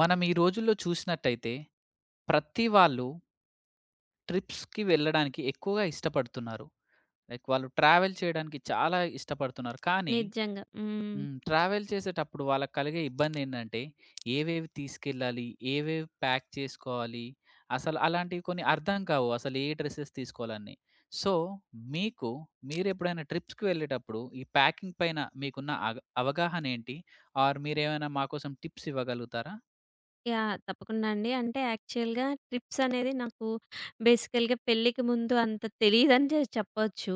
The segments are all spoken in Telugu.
మనం ఈ రోజుల్లో చూసినట్టయితే ప్రతి వాళ్ళు ట్రిప్స్‌కి వెళ్ళడానికి ఎక్కువగా ఇష్టపడుతున్నారు. లైక్ వాళ్ళు ట్రావెల్ చేయడానికి చాలా ఇష్టపడుతున్నారు. కానీ నిజంగా. హ్మ్. హ్మ్. ట్రావెల్ చేసేటప్పుడు వాళ్ళకి కలిగే ఇబ్బందేంటంటే ఏవేవి తీసుకెళ్ళాలి? ఏవేవి ప్యాక్ చేసుకోవాలి? అసలు అలాంటివి కొన్ని అర్థం కావు. అసలు ఏ డ్రెసెస్ తీసుకోవాలని. సో, మీకు మీరెప్పుడైనా ట్రిప్స్‌కి వెళ్ళేటప్పుడు ఈ ప్యాకింగ్ పైన మీకున్న అవగాహనేంటి? ఆర్ మీరేమైనా మా కోసం టిప్స్ ఇవ్వగలుగుతారా? యాహ్! తప్పకుండా అండి. అంటే యాక్చువల్‌గా ట్రిప్స్ అనేది నాకు బేసికల్‌గా పెళ్ళికి ముందు అంత తెలీదని చెప్పొచ్చు.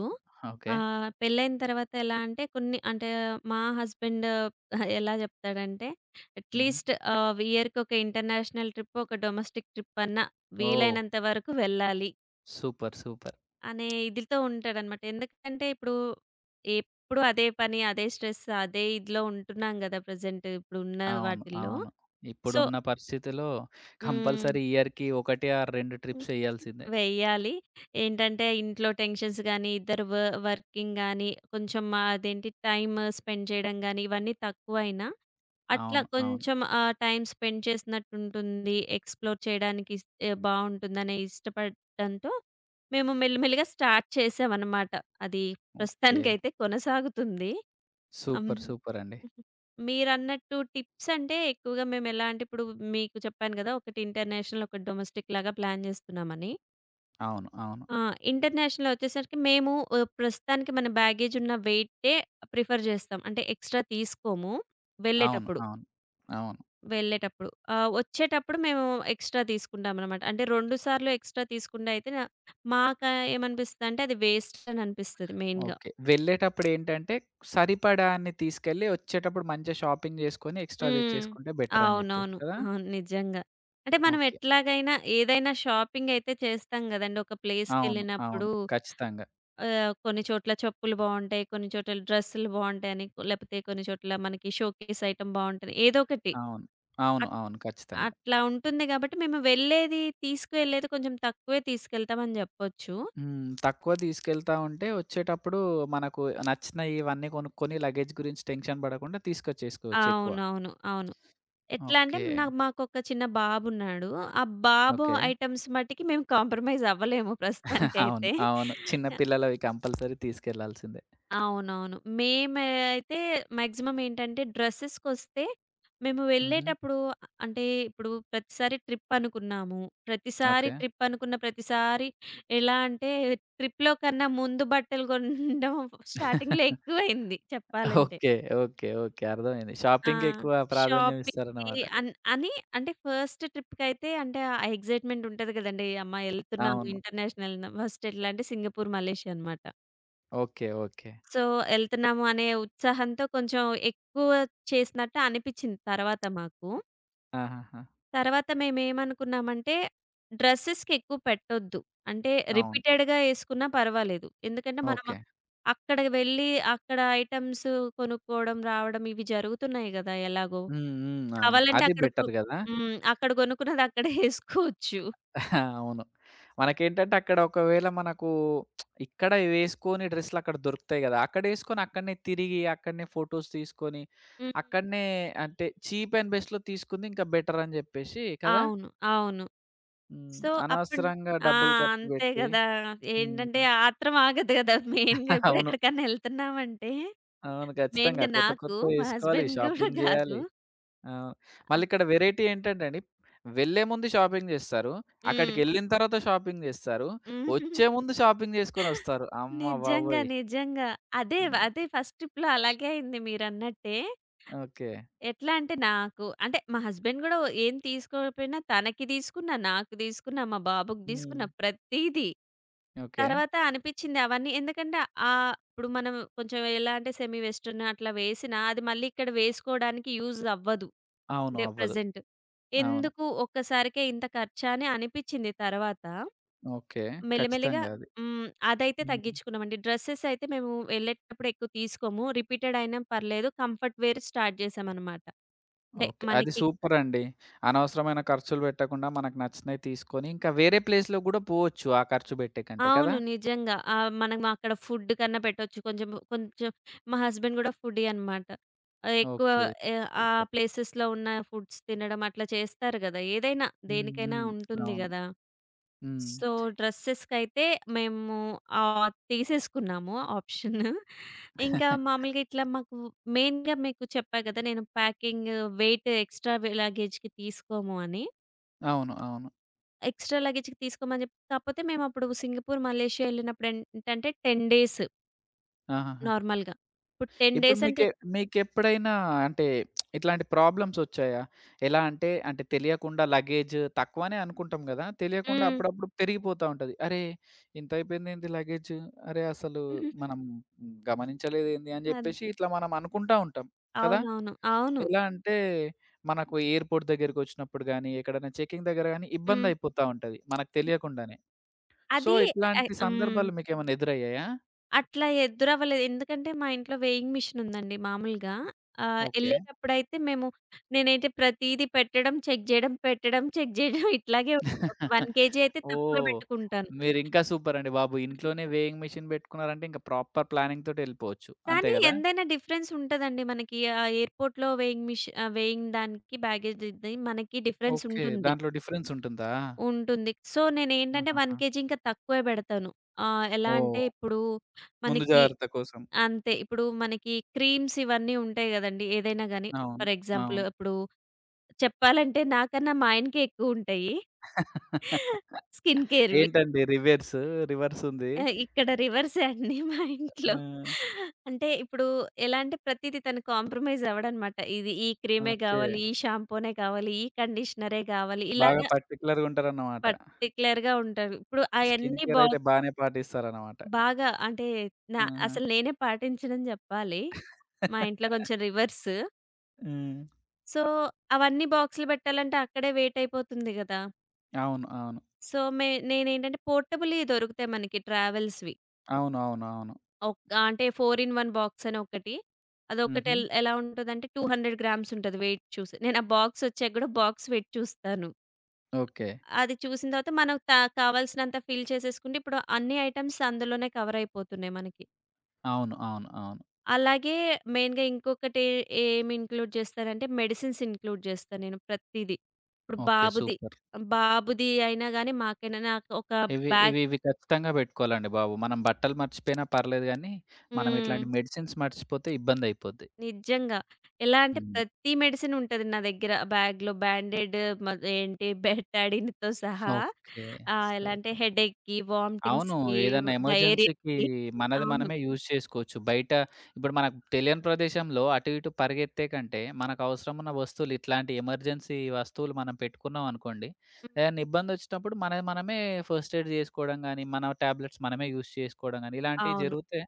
ఓకే. పెళ్ళైన తర్వాత ఎలా అంటే కొన్ని అంటే మా హస్బెండ్ ఎలా చెప్తాడంటే హుహు. అట్‌లీస్ట్ ఇయర్‌కొక ఇంటర్నేషనల్ ట్రిప్, ఒక డొమెస్టిక్ ట్రిప్ అన్నా ఓహ్! వీలైనంత వరకు వెళ్ళాలి సూపర్. సూపర్. అనే ఇదితో ఉంటాడనమాట. ఎందుకంటే ఇప్పుడు ఎప్పుడు అదే పని, అదే స్ట్రెస్, అదే ఇదిలో ఉంటున్నాం గదా! ప్రెజెంట్ ఇప్పుడున్న అవును. వాటిల్లో. అవును. సో, ఇప్పుడున్న పరిస్థితిలో హ్మ్. కంపల్సరీ ఇయర్‌కి 1 ఆర్ 2 హ్మ్. ట్రిప్స్ ఎయాల్సిందే. వెయ్యాలి. ఏంటంటే ఇంట్లో టెన్షన్స్ గానీ, ఇద్దరు వర్కింగ్ గానీ, కొంచెం అదేంటి టైమ్ స్పెండ్ చేయడం గానీ, ఇవన్నీ తక్కువైనా అట్లా అవును. అవును. కొంచెం టైమ్ స్పెండ్ చేసినట్టుంటుంది. ఎక్స్‌ప్లోర్ చేయడానికి బావుంటుందనే ఇష్టపడడంతో మేము మెల్లిమెల్లిగా స్టార్ట్ చేసామనమాట. అది ఓకే. ప్రస్తుతానికైతే కొనసాగుతుంది. హ్మ్. సూపర్. సూపర్ అండి. మీరన్నట్టు టిప్స్ అంటే ఎక్కువగా మేమెలా అంటే ఇప్పుడు మీకు చెప్పాను గదా! ఒకటి ఇంటర్నేషనల్, ఒకటి డొమెస్టిక్‌లాగా ప్లాన్ జేస్తున్నామని. అవును. అవును. ఆ! ఇంటర్నేషనల్ ఒచ్చేసరికి మేము ప్రస్తుతానికి మన బ్యాగేజ్ ఉన్న వెయిటే ప్రిఫర్ జేస్తాం. అంటే ఎక్స్‌ట్రా తీసుకోము అవును. వెళ్ళేటప్పుడు. అవును. అవును. ఒచ్చేటప్పుడు మేము ఎక్స్‌ట్రా తీసుకుంటామనమాట. అంటే 2 సార్లు ఎక్స్‌ట్రా తీసుకుండా అయితే, మాకా ఏమనిపిస్తదంటే అది వేస్ట్ అని అనిపిస్తది మెయిన్‌గా. ఓకే. వెళ్ళేటప్పుడేంటంటే సరిపడా అన్ని తీసుకెళ్ళి, వచ్చేటప్పుడు మంచిగా షాపింగ్ చేసుకొని ఎక్స్‌ట్రా హ్మ్. తెచ్చేసుకుంటే బెటర్ అని చెప్పేసి అవునవును. కదా! అవును. నిజంగా. అంటే మనం ఓకే. ఎట్లాగైనా ఏదైనా షాపింగ్ అయితే చేస్తాం గదండీ! ఒక అవును. అవును. ప్లేస్‌కెళ్ళినప్పుడు ఖచ్చితంగా. కొన్ని చోట్ల చెప్పులు బావుంటాయి. కొన్ని చోట్ల డ్రెస్సులు బావుంటాయని. లేపోతే కొన్ని చోట్ల మనకి షోకేస్ ఐటెమ్ బావుంటది. ఏదో ఒకటి. అవును. అవును. అట్ అవును. ఖచ్చితంగా. అట్లా ఉంటుంది గాబట్టి మేము వెళ్ళేది, తీసుకువెళ్ళేది కొంచెం తక్కువే తీసుకెళ్తామని జెప్పొచ్చు. హ్మ్. తక్కువ తీసుకెళ్తా ఉంటే వచ్చేటప్పుడు మనకు నచ్చినయి ఇవన్నీ కొనుక్కొని లగేజ్ గురించి టెన్షన్ పడకుండా తీసుకొచ్చేసుకోవచ్చు ఎక్కువ. అవునవును. అవును. ఎట్లా అంటే ఓకే. మాకొక చిన్న బాబున్నాడు. ఆ బాబు ఓకే. ఐటెమ్స్ మట్టికి మేము కాంప్రమైజ్ అవ్వలేము అవును. ప్రస్తుతానికైతే. అవును. చిన్న పిల్లలవి కంపల్సరీ తీసుకెళ్లాల్సిందే. అవునవును. మేము అయితే మాక్సిమం ఏంటంటే డ్రెసెస్‌కొస్తే మేము హుహు. వెళ్ళేటప్పుడు అ- అంటే ఇప్పుడు ప్రతిసారి ట్రిప్ అనుకున్నాము. ప్రతిసారి ఓకే. ట్రిప్ అనుకున్న ప్రతిసారి ఎలా అంటే ట్రిప్‌లో కన్నా ముందు బట్టలు కొనడం స్టార్టింగ్‌లో ఎక్కువైంది చెప్పాలంటే. ఓకే. ఓకే. ఓకే. అర్థమైంది. ఆ! షాపింగ్‌కి ఎక్కువ ప్రాధాన్యం షాపింగ్‌కి ఇస్తారన్నమాట. అన్ అని అంటే ఫస్ట్ ట్రిప్‌కైతే అంటే ఆ ఎక్సైట్‌మెంట్ ఉంటది కదండీ! అమ్మ! ఎళ్తున్నాము అవును. ఇంటర్నేషనల్ ఫస్ట్ ఎట్లా అంటే సింగపూర్, మలేషియా అనమాట. ఓకే. ఓకే. సో, ఎళ్తున్నాము అనే ఉత్సాహంతో కొంచెం ఎక్కువ చేసినట్టు అనిపిచ్చింది తర్వాత మాకు. ఆహాహా! తర్వాత మేమేమనుకున్నామంటే డ్రెసెస్‌కెక్కువ పెట్టొద్దు. అంటే అవును. రిపీటెడ్‌గా యేసుకున్నా పర్వాలేదు. ఎందుకంటే మనం ఓకే. అక్కడికి వెళ్ళి అక్కడ ఐటెమ్స్ కొనుక్కోవడం, రావడం ఇవి జరుగుతున్నాయి గదా! ఎలాగో. హ్మ్. హ్మ్. అవును. కావాలంటే అది అక్కడ కొ బెటర్ గదా! హ్మ్. అక్కడ కొనుక్కున్నది అక్కడే యేసుకోవచ్చు. అవును. మనకేంటంటే అక్కడ ఒకవేళ మనకు ఇక్కడ వేసుకొని డ్రెస్‌లక్కడ దొరుకుతాయి గదా! అక్కడేసుకొని అక్కడనే తిరిగి, అక్కడనే ఫోటోస్ తీసుకొని, హ్మ్. అక్కడనే అంటే చీప్ అండ్ బెస్ట్‌లో తీసుకుంది ఇంకా బెటర్ అని జెప్పేసి కదా! అవును. అవును. హ్మ్. సో, అప్పుడు అనవసరంగా ఆ! డబ్బులు ఖర్చు అంతే బెట్టి గదా! హ్మ్. ఏంటంటే ఆత్రం ఆగదు గదా! మెయిన్‌గా అవును. ఇప్పుడెక్కడికన్నా ఎళ్తున్నామంటే, అవును. ఖచ్చితంగా. మెయిన్‌గా కొత్త నాకు, కొత్తయి మా ఏసుకోవాలి, హస్బెండ్ గూడా షాపింగ్ గాదు. జేయాలి. ఆ! ఆ! మళ్ళిక్కడ వెరైటీ ఏంటంటే అండి, వెళ్ళే ముందు షాపింగ్ జేస్తారు. హ్మ్. అక్కడికెళ్ళిన తర్వాత షాపింగ్ జేస్తారు. హ్మ్. వచ్చే ముందు షాపింగ్ జేసుకొనొస్తారు. అమ్మ నిజంగా. బాబోయ్! నిజంగా. అదే, హ్మ్. అదే ఫస్ట్ ట్రిప్‌లో అలాగే అయింది మీరన్నట్టే. ఓకే. ఎట్లా అంటే నాకు అంటే మా హస్బెండ్ గూడా ఏం తీసుకోకపోయినా తనకి తీసుకున్నా, నాకు తీసుకున్నా, మా బాబుకి హ్మ్. తీసుకున్నా ప్రతీదీ. ఓకే. తర్వాత అనిపిచ్చింది అవన్నీ ఎందుకంటే ఇప్పుడు మనం కొంచెం ఎలా అంటే సెమీ వెస్టర్న్ అట్లా వేసినా అది మళ్ళీ ఇక్కడ వేసుకోవడానికి యూజ్ అవ్వదు. అవును. అంటే అవ్వదు. ప్రెజెంట్. అవును. ఎందుకు ఒక్కసారికే ఇంత ఖర్చా అని అనిపిచ్చింది తర్వాత. ఓకే. మెల్లమెల్లిగా ఖచ్చితంగా అది. హ్మ్. అదైతే హ్మ్. తగ్గించుకున్నామండి. డ్రెసెస్ అయితే మేము వెళ్ళేటప్పుడు ఎక్కువ తీసుకోము. రిపీటెడ్ అయినా పర్లేదు. కంఫర్ట్ వేర్ స్టార్ట్ చేశామనమాట. అంటే ఓకే. అది మనకి సూపరండి. అనవసరమైన ఖర్చులు పెట్టకుండా మనకు నచ్చినయి తీసుకొని, ఇంకా వేరే ప్లేస్‌లో గూడా పోవచ్చు ఆ ఖర్చు పెట్టే కంటే కదా! అవును. నిజంగా. మనం అక్కడ ఫుడ్ కన్నా పెట్టొచ్చు. కొంచెం కొంచెం మా హస్బెండ్ గూడా ఫుడ్డీ అనమాట. ఆహ్, ఎక్కువ ఓకే. ఎ ఆ సూపర్. ప్లేసెస్‌లో ఉన్న ఫుడ్స్ తినడం అట్లా చేస్తారు గదా! ఏదైనా హ్మ్. దేనికైనా హ్మ్. ఉంటుంది అవును. గదా! హ్మ్. సో, డ్రెసెస్‌కైతే మేము తీసేసుకున్నాము ఆప్షన్. ఇంకా మామూలుగా ఇట్లా మాకు మెయిన్‌గా మీకు చెప్పా కదా! నేను ప్యాకింగ్ వెయిట్ ఎక్స్‌ట్రా వె లగేజ్‌కి తీసుకోము అని. అవును. అవును. ఎక్స్‌ట్రా లగేజ్‌కి తీసుకోమని చెప్పి కాపోతే మేమప్పుడు సింగపూర్, మలేషియా ఎళ్ళినప్పుడు ఏంటంటే 10 డేస్ ఆహాహా! నార్మల్‌గా. ఇప్పుడు 10 ఇప్పుడు డేస్ అంటే మీకే మీకెప్పుడైనా అంటే ఇట్లాంటి ప్రాబ్లమ్స్ వచ్చాయా? ఎలా అంటే, అంటే తెలియకుండా లగేజ్ తక్కువనే అనుకుంటాం గదా! తెలియకుండా హ్మ్. అప్పుడప్పుడు పెరిగిపోతా ఉంటది. అరే! ఇంత అయిపోయిందేంది లగేజ్? అరే! అసలు మనం గమనించలేదేంది? అని అద్ జెప్పేసి ఇట్లా మనం అనుకుంటా ఉంటాం కదా! అవునవును. అవును. ఎలా అంటే మనకు ఎయిర్‌పోర్ట్ దగ్గరికొచ్చినప్పుడు గానీ, ఎక్కడైనా చెకింగ్ దగ్గర గానీ హ్మ్. ఇబ్బందయిపోతా ఉంటది మనకు తెలియకుండానే. సో, అది ఇట్లాంటి హ్మ్. సందర్భాలు మీకేమన్నా ఎదురయ్యాయా? అట్లా ఎదురవ్వలేదు. ఎందుకంటే మా ఇంట్లో వేయింగ్ మిషన్ ఉందండి మామూలుగా. ఓకే. ఎళ్ళేటప్పుడైతే నేనైతే ప్రతీదీ పెట్టడం, చెక్ జేయడం, పెట్టడం, చెక్ జేయడం ఇట్లాగే ఉంటుంది. ఒక 1 కేజీ అయితే తక్కువే ఓహ్! బెట్టుకుంటాను. మీరింకా సూపరండి బాబు. ఇంట్లోనే వేయింగ్ మిషన్ బెట్టుకున్నారంటే ఇంక ప్రాపర్ ప్లానింగ్ తోటెళ్ళిపోవచ్చు. అంతే కానీ గదా? ఎంతైనా డిఫరెన్స్ ఉంటదండి మనకి. ఆ ఎయిర్‌పోర్ట్‌లో వేయింగ్ దానికి బ్యాగేజ్‌ది మనకి డిఫరెన్స్ ఓకే. ఉంటుంది. దాంట్లో డిఫరెన్స్ ఉంటుందా? ఉంటుంది. సో, నేనేంటంటే 1 ఆహాహా! కేజీ ఇంకా తక్కువే బెడతాను. ఎలా ఓహ్! అంటే ఇప్పుడు ముందు మనకి జాగ్రత్త కోసం. అంతే. ఇప్పుడు మనకి క్రీమ్స్ ఇవన్నీ ఉంటాయి గదండీ! ఏదైనా గాని. అవును. ఫర్ ఎగ్జాంపుల్ అవును. ఇప్పుడు చెప్పాలంటే నాకన్నా మా ఆయనకే ఎక్కువుంటాయి. స్కిన్ కేర్‌వి. ఏంటండి రివర్స్, రివర్స్ ఉంది. ఆ! ఇక్కడ రివర్సే అండి మా ఆ! ఇంట్లో. అంటే ఇప్పుడు ఎలా అంటే ప్రతీది తను కాంప్రమైజ్ అవ్వడనమాట. ఇది ఈ క్రీమే ఓకే. గావాలి, ఈ షాంపూనే కావాలి, ఈ కండిషనరే గావాలి. ఇలాగ బాగా పర్టిక్యులర్‌గా ఉంటారన్నమాట. పర్టిక్యులర్‌గా ఉంటారు. ఇప్పుడు స్కిన్ అయన్నీ కేర్ అయితే బానే పాటిస్తారన్నమాట. బాగా అంటే ఆహా! అసలు నేనే పాటించనని జెప్పాలి. మా ఇంట్లో కొంచెం రివర్స్. హ్మ్. సో, అవన్నీ బాక్స్‌లు పెట్టాలంటే అక్కడే వెయిట్ అయిపోతుంది గదా! అవును. అవును. సో, నేనేంటంటే పోర్టబుల్‌యి దొరుకుతాయి మనకి ట్రావెల్స్‌వి. అవునవునవును. ఒక్ అంటే 4 ఇన్ 1 బాక్స్ అని ఒకటి. అదొకటి హుహు. ఎలా ఉంటదంటే 200 గ్రామ్స్ ఉంటది వెయిట్ చూసి. నేను ఆ బాక్స్ ఒచ్చాక గూడా బాక్స్ వెయిట్ చూస్తాను. ఓకే. అది చూసిన తర్వాత మనం కావాల్సినంత ఫిల్ చేసేసుకుంటే ఇప్పుడు అన్ని ఐటెమ్స్ అందులోనే కవర్ అయిపోతున్నాయి మనకి. అవును. అవును. అవును. అలాగే మెయిన్‌గా ఇంకొకటి ఏం ఇంక్లూడ్ చేస్తానంటే, మెడిసిన్స్ ఇంక్లూడ్ చేస్తా నేను ప్రతీదీ. ఇప్పుడు ఓకే. బాబుది సూపర్. బాబుది అయినా గాని, మాకైనా నాకు ఒక ఇవి, బ్యాగ్. ఇవి, ఇవి ఖచ్చితంగా పెట్టుకోవాలండి బాబు. మనం బట్టలు మర్చిపోయినా పర్లేదు గానీ, మనం హ్మ్. ఇట్లాంటి మెడిసిన్స్ మర్చిపోతే ఇబ్బందయిపోద్ది. నిజంగా. ఎలా అంటే హ్మ్. ప్రతి మెడిసిన్ ఉంటది నా దగ్గర బ్యాగ్‌లో. బ్యాండెడ్ మ ఏంటి బెటాడిన్‌తో సహా. ఓకే. ఎలా అంటే సూపర్. హెడేక్‌కి, అవును. వామిటింగ్స్‌కి, ఏదన్నా ఎమర్జెన్సీకి డయేరియాకి. మనది అవును. మనమే యూజ్ చేసుకోవచ్చు. బయట ఇప్పుడు మనకు తెలియని ప్రదేశంలో అటు, ఇటు పరిగెత్తే కంటే, మనకు అవసరమున్న వస్తువులు ఇట్లాంటి ఎమర్జెన్సీ వస్తువులు మనం పెట్టుకున్నాం అనుకోండి, హ్మ్. ఏదైనా ఇబ్బందొచ్చినప్పుడు మనది మనమే ఫస్ట్ ఎయిడ్ జేసుకోవడం గానీ, మన టాబ్లెట్స్ మనమే యూజ్ చేసుకోవడం గానీ, ఇలాంటివి అవును. జరిగితే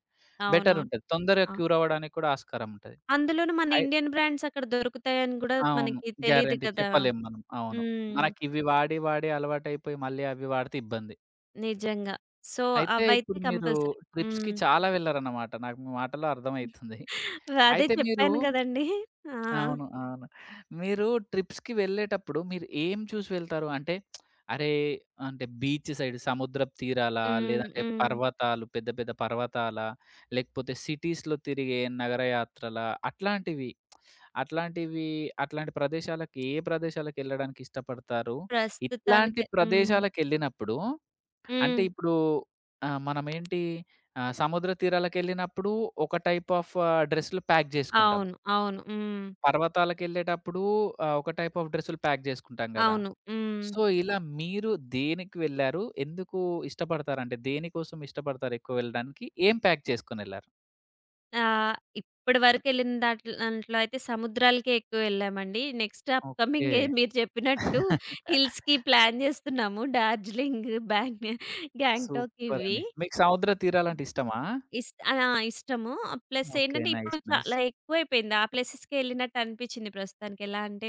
అవునవును. బెటరుంటది. తొందరగా అవును. క్యూరవ్వడానికి కూడా ఆస్కారం ఉంటది. అందులోనూ మన అయి ఇండియన్ బ్రాండ్స్ అక్కడ దొరుకుతాయని గూడా అవును. మనకి తెలీదు గ్యారంటీ కదా! చెప్పలేం మనం. అవును. హ్మ్. మనకివి వాడి, వాడి అలవాటైపోయి మళ్ళీ అవి వాడితే ఇబ్బంది. నిజంగా. సో, అయితే అవైతే ఇప్పుడు మీరు కంపల్సరీ. ట్రిప్స్‌కి హ్మ్. చాలా వెళ్లారన్నమాట. నాకు మీ మాటల్లో అర్థమైతుంది. అదే అయితే మీరు చెప్పాను గదండీ! ఆ! అవును. అవును. మీరు ట్రిప్స్‌కి వెళ్ళేటప్పుడు మీరు ఏం చూసి వెళ్తారు? అంటే అరే! అంటే బీచ్ సైడ్ సముద్రపు తీరాలా? హ్మ్. లేదంటే హ్మ్. పర్వతాలు పెద్ద పెద్ద పర్వతాలా? లేకపోతే సిటీస్‌లో తిరిగే నగర యాత్రలా? అట్లాంటివి అట్లాంటివి అట్లాంటి ప్రదేశాలకి ఏ ప్రదేశాలకెళ్ళడానికి ఇష్టపడతారు? ఇట్లాంటి ప్రస్తుతానికి హ్మ్. ప్రదేశాలకెళ్ళినప్పుడు అంటే హ్మ్. ఇప్పుడు మనమేంటి సముద్ర తీరాలకెళ్ళినప్పుడు ఒక టైప్ ఆఫ్ డ్రెస్‌లు ప్యాక్ జేసుకుంటాం. అవును. అవును. హ్మ్. పర్వతాలకెళ్ళేటప్పుడు ఒక టైప్ ఆఫ్ డ్రెస్సులు ప్యాక్ జేసుకుంటాం గదా! అవును. హ్మ్. సో, ఇలా మీరు దేనికి వెళ్లారు? ఎందుకు ఇష్టపడతారంటే దేనికోసం ఇష్టపడతారు ఎక్కువ వెళ్ళడానికి? ఏం ప్యాక్ చేసుకొనెళ్లారు? ఇప్పటి వరకెళ్ళిన దాంట్లో అయితే సముద్రాలకే ఎక్కువ యెళ్ళామండి. Next up okay. కమింగే మీరు చెప్పినట్టు హిల్స్‌కి ప్లాన్ జేస్తున్నాము. డార్జిలింగ్, గ్యాంగ్టాక్ సూపర్ ఇవి. అండి. మీకు సముద్ర తీరాలంటే ఇష్టమా? ఆ! ఇష్టము. Plus okay. ఏంటంటే ఇప్పుడు నైస్. నైస్. చాలా ఎక్కువైపోయింది. ఆ ప్లేసెస్‌కే ఎళ్ళినట్టు అనిపిచ్చింది ప్రస్తుతానికి. ఎలా అంటే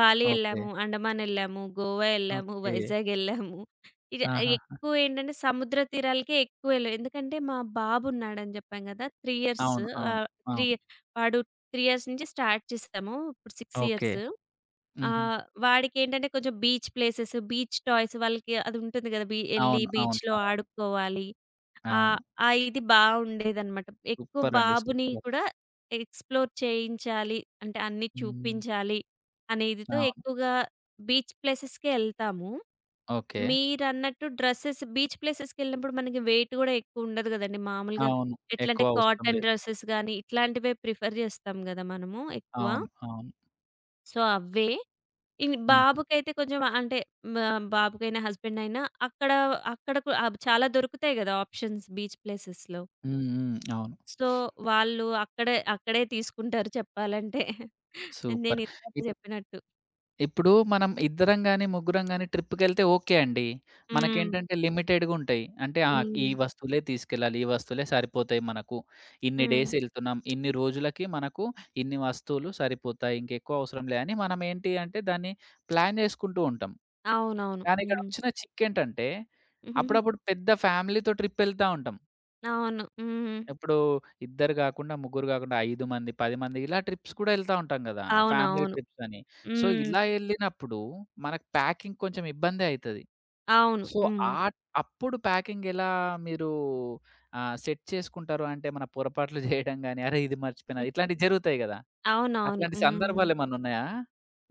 బాలి ఓకే. ఎళ్ళాము, అండమాన్ ఎళ్ళాము, గోవా ఎళ్ళాము, ఓకే. వైజాగ్ ఎళ్ళాము. ఇగ ఆహాహా! ఎక్కువ ఏంటంటే సముద్ర తీరాలకే ఎక్కువ ఎళ్ళాం. ఎందుకంటే మా బాబున్నాడని చెప్పాం కదా! 3 ఇయర్స్. అవును. అవును. ఆహ్, 3 అవును. వాడు 3 ఇయర్స్ నుంచి స్టార్ట్ చేసాము. ఇప్పుడు 6 ఓకే. ఇయర్స్. హుహు. వాడికేంటంటే కొంచెం బీచ్ ప్లేసెస్, బీచ్ టాయ్స్ వాళ్ళకి అది ఉంటుంది కదా! ఎళ్లి అవును. అవును. బీచ్‌లో అవును. ఆడుకోవాలి. ఆ! అవును. ఆ ఇది బా ఉండేదనమాట. ఎక్కువ సూపర్ అండి. బాబుని సూపర్ అసలు. కూడా ఎక్స్‌ప్లోర్ చేయించాలి. అంటే అన్నీ హ్మ్. చూపించాలి అనే ఇదితో అవును. ఎక్కువగా బీచ్ ప్లేసెస్‌కే ఎళ్తాము. ఓకే. మీరన్నట్టు డ్రెసెస్ బీచ్ ప్లేసెస్‌కెళ్ళినప్పుడు మనకి వెయిట్ గూడా ఎక్కువుండదు గదండీ! మామూలుగా అవును. ఎక్కువ ఎట్లంటే అవసరం కాటన్ లేదు. డ్రెసెస్ గానీ, ఇట్లాంటివే ప్రిఫర్ జేస్తాం గదా! మనము ఎక్కువ. అవును. అవును. సో, అవే. హ్మ్. బాబుకైతే కొంచెం అంటే మా బాబుకైనా, హస్బెండ్ అయినా అక్కడ అక్కడ కు ఆబ్ చాలా దొరుకుతాయి గదా! ఆప్షన్స్ బీచ్ ప్లేసెస్‌లో. హ్మ్. హ్మ్. అవును. సో, వాళ్ళు అక్కడే, అక్కడే తీసుకుంటారు చెప్పాలంటే. నేను సూపర్. ఇందాక ఇప్ చెప్పినట్టు. ఇప్పుడు మనం ఇద్దరం గాని, ముగ్గురం గాని ట్రిప్‌కెళ్తే ఓకే అండి. హ్మ్. మనకేంటంటే లిమిటెడ్‌గుంటాయి. అంటే ఆ! ఈ హ్మ్. వస్తువులే తీసుకెళ్ళాలి. ఈ వస్తువులే సరిపోతాయి మనకు. ఇన్ని హ్మ్. డేస్ ఎళ్తున్నాం. ఇన్ని రోజులకి మనకు ఇన్ని వస్తువులు సరిపోతాయి. ఇంకెక్కువ అవసరం లే అని మనం ఏంటి అంటే దాన్ని ప్లాన్ చేసుకుంటూ ఉంటాం. అవునవును. కానీ హ్మ్. ఇక్కడొచ్చిన చిక్కేంటంటే అప్పుడప్పుడు పెద్ద ఫ్యామిలీతో ట్రిప్ ఎళ్తా ఉంటాం. అవును. హ్మ్. ఇప్పుడు ఇద్దరు గాకుండా, ముగ్గురు గాకుండా 5 మంది, 10 మంది ఇలా ట్రిప్స్ కూడా ఎళ్తా ఉంటాం గదా! ఫ్యామిలీ అవునవును. ట్రిప్స్ అని. సో, హ్మ్. ఇలా ఎళ్ళినప్పుడు మనకు ప్యాకింగ్ కొంచెం ఇబ్బందే అయితది. అవును. సో, హ్మ్. ఆహ్, అప్పుడు ప్యాకింగ్ ఎలా మీరు సెట్ చేసుకుంటారు? అంటే ఏమన్నా పొరపాట్లు జేయడం గాని, అరే! ఇది మర్చిపోయినా ఇట్లాంటివి జరుగుతాయి గదా! అవునవును. అట్లాంటి హ్మ్. సందర్భాలేమన్నా ఉన్నాయా?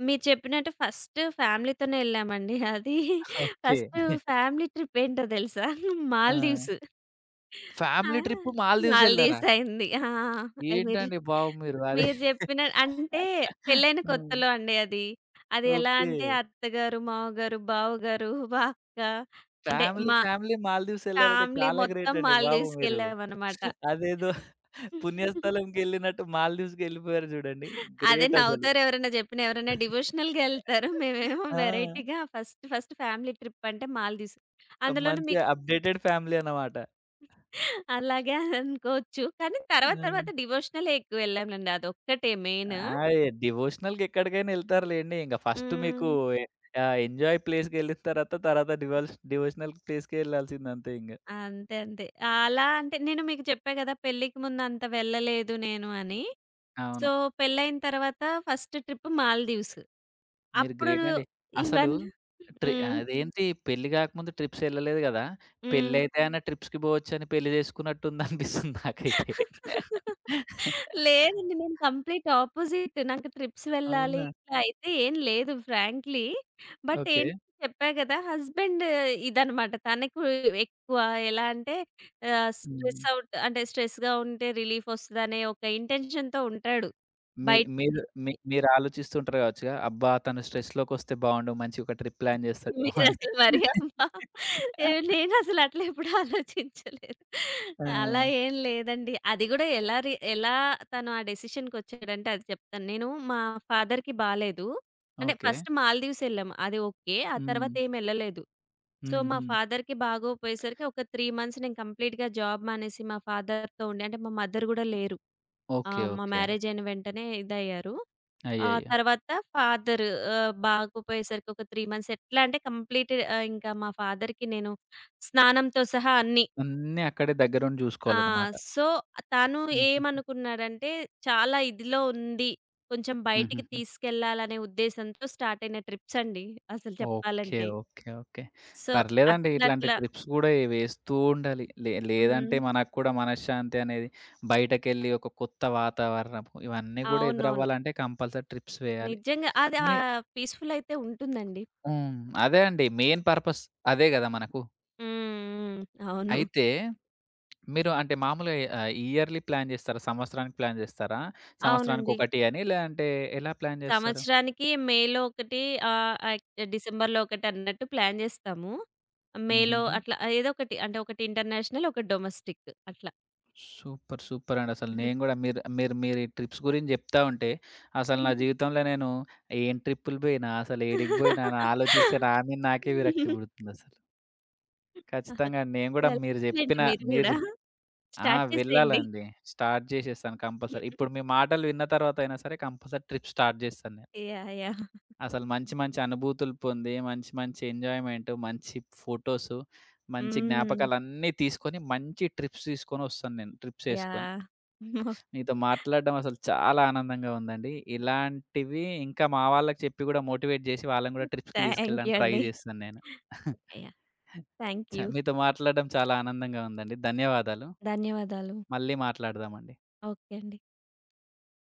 మీరు చెప్పినట్టు ఫస్ట్ ఫ్యామిలీతోనే ఎళ్ళామండి. అది ఓకే. ఫస్ట్ ఫ్యామిలీ ట్రిప్ ఏంటో తెలుసా? ఆ! మాల్దీవ్స్. ఆ! ఫ్యామిలీ ట్రిప్ మాల్దీవ్స్ ఎళ్లారా? మాల్దీవ్స్ అయింది. ఆ! ఆ! మీరు ఏంటండి బాబు మీరు? అదే మీరు జెప్పిన అంటే పెళ్ళైన హ్మ్. కొత్తలో అండి అది. అది ఎలా ఓకే. అంటే అత్తగారు, మావగారు, బావగారు, మా అక్క, అంటే ఫ్యామిలీ, మా ఫ్యామిలీ మాల్దీవ్స్ ఎళ్లారంటే ఫ్యామిలీ చాలా గ్రేట్ మొత్తం అండి బాబు మీరు. మాల్దీవ్స్‌కెళ్ళామనమాట. అదేదో పుణ్యస్థలంకెళ్ళినట్టు మాల్దీవ్స్‌కెళ్ళిపోయారు జూడండి. అదే గ్రేట్ అసలు. నవ్వుతారు ఎవరైనా జెప్పినా. ఎవరైనా డివోషనల్‌గా ఎళ్తారు. మేమేమో ఆ! వెరైటీగా ఫస్ట్ ఫస్ట్ ఫ్యామిలీ ట్రిప్ అంటే మాల్దీవ్స్. అందులోనూ మంచి మీకు అప్‌డేటెడ్ ఫ్యామిలీ అన్నమాట. అలాగే అనుకోవచ్చు. కానీ తర్వాత హ్మ్. తర్వాత డివోషనలే ఎక్కువ వెళ్ళాంలెండి. అదొక్కటే మెయిన్. ఆ! ఎ డివోషనల్‌కి ఎక్కడికైనా ఎళ్తారు లెండి. ఇంక ఫస్ట్ మీకు హ్మ్. ఎ ఎంజాయ్ ప్లేస్‌కెళ్ళిన తర్వాత, తర్వాత డివోషనల్ ప్లేస్‌కే ఎళ్ళాల్సిందంతే ఇంగ. అంతే. అంతే. అలా అంటే నేను మీకు చెప్పా గదా! పెళ్ళికి ముందు అంత వెళ్ళలేదు నేను అని. అవును. సో, పెళ్ళైన తర్వాత ఫస్ట్ ట్రిప్ మాల్‌దీవ్స్. మీరు అప్పుడు గ్రేట్ అండి. అసలు ఇవన్నీ ట్రి హ్మ్. అదేంటి పెళ్లి గాకముందు ట్రిప్సెళ్ళలేదు గదా! హ్మ్. పెళ్లయితే ఆయన ట్రిప్స్‌కి పోవచ్చని పెళ్లి చేసుకున్నట్టుందనిపిస్తుంది నాకైతే. లేదండి. నేను కంప్లీట్ అపోజిట్. నాకు ట్రిప్స్ వెళ్ళాలి అవునా? ఇట్లా అయితే ఏం లేదు ఫ్రాంక్లీ. But okay. ఏంటి చెప్పా కదా! హస్బెండ్ ఇదనమాట. తనకు ఎక్కువ ఎలా అంటే ఆహ్, హ్మ్. స్ట్రెస్ అవుట్ అంటే స్ట్రెస్‌గా ఉంటే రిలీఫ్ వస్తదనే ఒక ఇంటెన్షన్‌తో ఉంటాడు. మీ మీరు బయటికి మీ మీరు ఆలోచిస్తుంటారు కావచ్చుగా, అబ్బా! తను స్ట్రెస్‌లోకొస్తే బావుండు. మంచిగా ఒక ట్రిప్ ప్లాన్ చేస్తడేమో అని. మీరసలు మరీ అమ్మా! నేనసలు అట్లా ఎప్పుడు ఆలోచించలేదు. ఆ! అలా ఏం లేదండి. అది గూడా ఎలా తను ఆ డెసిషన్‌కొచ్చాడంటే అది చెప్తాను. నేను మా ఫాదర్‌కి బాలేదు. అంటే ఓకే. ఫస్ట్ మాల్దీవ్స్ ఎళ్ళాము. అది ఓకే. ఆ హ్మ్. తర్వాత ఏమెళ్ళలేదు. సో, హ్మ్. మా హ్మ్. ఫాదర్‌కి బాగోపోయేసరికి ఒక 3 మంత్స్ నేను కంప్లీట్‌గా జాబ్ మానేసి మా ఫాదర్‌తో ఉండి అంటే మా మదర్ గూడా లేరు. ఓకే. మా ఓకే. మ్యారేజ్ అయిన వెంటనే ఇదయ్యారు. ఆ! అయ్యయ్యో! తర్వాత ఫాదర్ బాగోపోయేసరికి ఒక 3 మంత్స్ ఎట్లా అంటే కంప్లీట్ ఇంకా మా ఫాదర్‌కి నేను స్నానంతో సహా అన్నీ. అన్నీ అక్కడే దగ్గరుండి ఆ! చూసుకోవాలన్నమాట. సో, తను హుహుహు. ఏమనుకున్నాడంటే చాలా ఇదిలో ఉంది. కొంచెం బయటికి హుహుహు. తీసుకెళ్ళాలనే ఉద్దేశంతో స్టార్ట్ అయిన ట్రిప్స్ అండి అసలు ఓకే. చెప్పాలంటే. ఓకే. ఓకే. సో, పర్లేదండి. అట్లా ఇట్లాంటి అట్లా ట్రిప్స్ గూడా వేస్తూ ఉండాలి. లేదంటే హ్మ్. మనకు కూడా మనశ్శాంతి అనేది బయటకెళ్ళి ఒక కొత్త వాతావరణము ఇవన్నీ గూడా అవునవును. ఎదురవ్వాలంటే కంపల్సరీ ట్రిప్స్ వేయాలి. నిజంగా అది మీ పీస్‌ఫుల్ అయితే ఉంటుందండి. హ్మ్. అదే అండి. మెయిన్ పర్పస్ అదే గదా! మనకు. హ్మ్. హ్మ్. అవును. అయితే మీరు అంటే మామూలుగా ఇయర్‌లీ ప్లాన్ జేస్తారా? సంవత్సరానికి ప్లాన్ జేస్తారా? సంవత్సరానికి అవునండి. ఒకటి అని లేదంటే ఎలా ప్లాన్ జేస్తారు? సంవత్సరానికి మేలో ఒకటి ఆహ్, ఆహ్, డిసెంబర్‌లో ఒకటి అన్నట్టు ప్లాన్ జేస్తాము. మేలో హుహుహు. అట్లా ఏదో ఒకటి అంటే ఒకటి ఇంటర్నేషనల్, ఒకటి డొమెస్టిక్ అట్లా. సూపర్! సూపర్ అండి. అసలు నేను గూడా మీరు మీరు మీరు ఈ ట్రిప్స్ గురించి జెప్తా ఉంటే, అసలు నా జీవితంలో నేను ఏం ట్రిప్పులు బోయినా, అసలు ఏడికి బోయినా అని ఆలోచిస్తే నా మీద నాకే విరక్తి పుడుతుందసలు. ఖచ్చితంగా నేను గూడా మీరు వెళ్తారులెండి జెప్పిన మీరు మీరు గూడా. ఆ! స్టార్ట్ చేసేయండి. వెళ్ళాలండి. స్టార్ట్ జేసేస్తాను కంపల్సరీ. ఇప్పుడు మీ మాటలు విన్న తర్వాత అయినా సరే కంపల్సరీ ట్రిప్ స్టార్ట్ జేస్తాను నేను. యాహ్! యాహ్! అసలు మంచి మంచి అనుభూతులు పొంది, మంచి మంచి ఎంజాయ్‌మెంట్, మంచి ఫోటోసు, మంచి హ్మ్. జ్ఞాపకాలన్నీ తీసుకొని, మంచి ట్రిప్స్ తీసుకొని ఒస్తాను నేను. ట్రిప్స్ యేసుకొని. యాహ్! మీతో మాట్లాడడం అసలు చాలా ఆనందంగా ఉందండి. ఇలాంటివి ఇంకా మా వాళ్ళకి చెప్పి గూడా మోటివేట్ జేసి వాళ్ళని గూడా ట్రిప్స్‌కి థాంక్ యూ తీసుకెళ్ళడానికి ట్రై అండి. జేస్తాను నేను. యాహ్! Thank you. మీతో మాట్లాడడం చాలా ఆనందంగా ఉందండి. ధన్యవాదాలు. ధన్యవాదాలు. మళ్ళీ మాట్లాడదామండి. ఓకే అండి.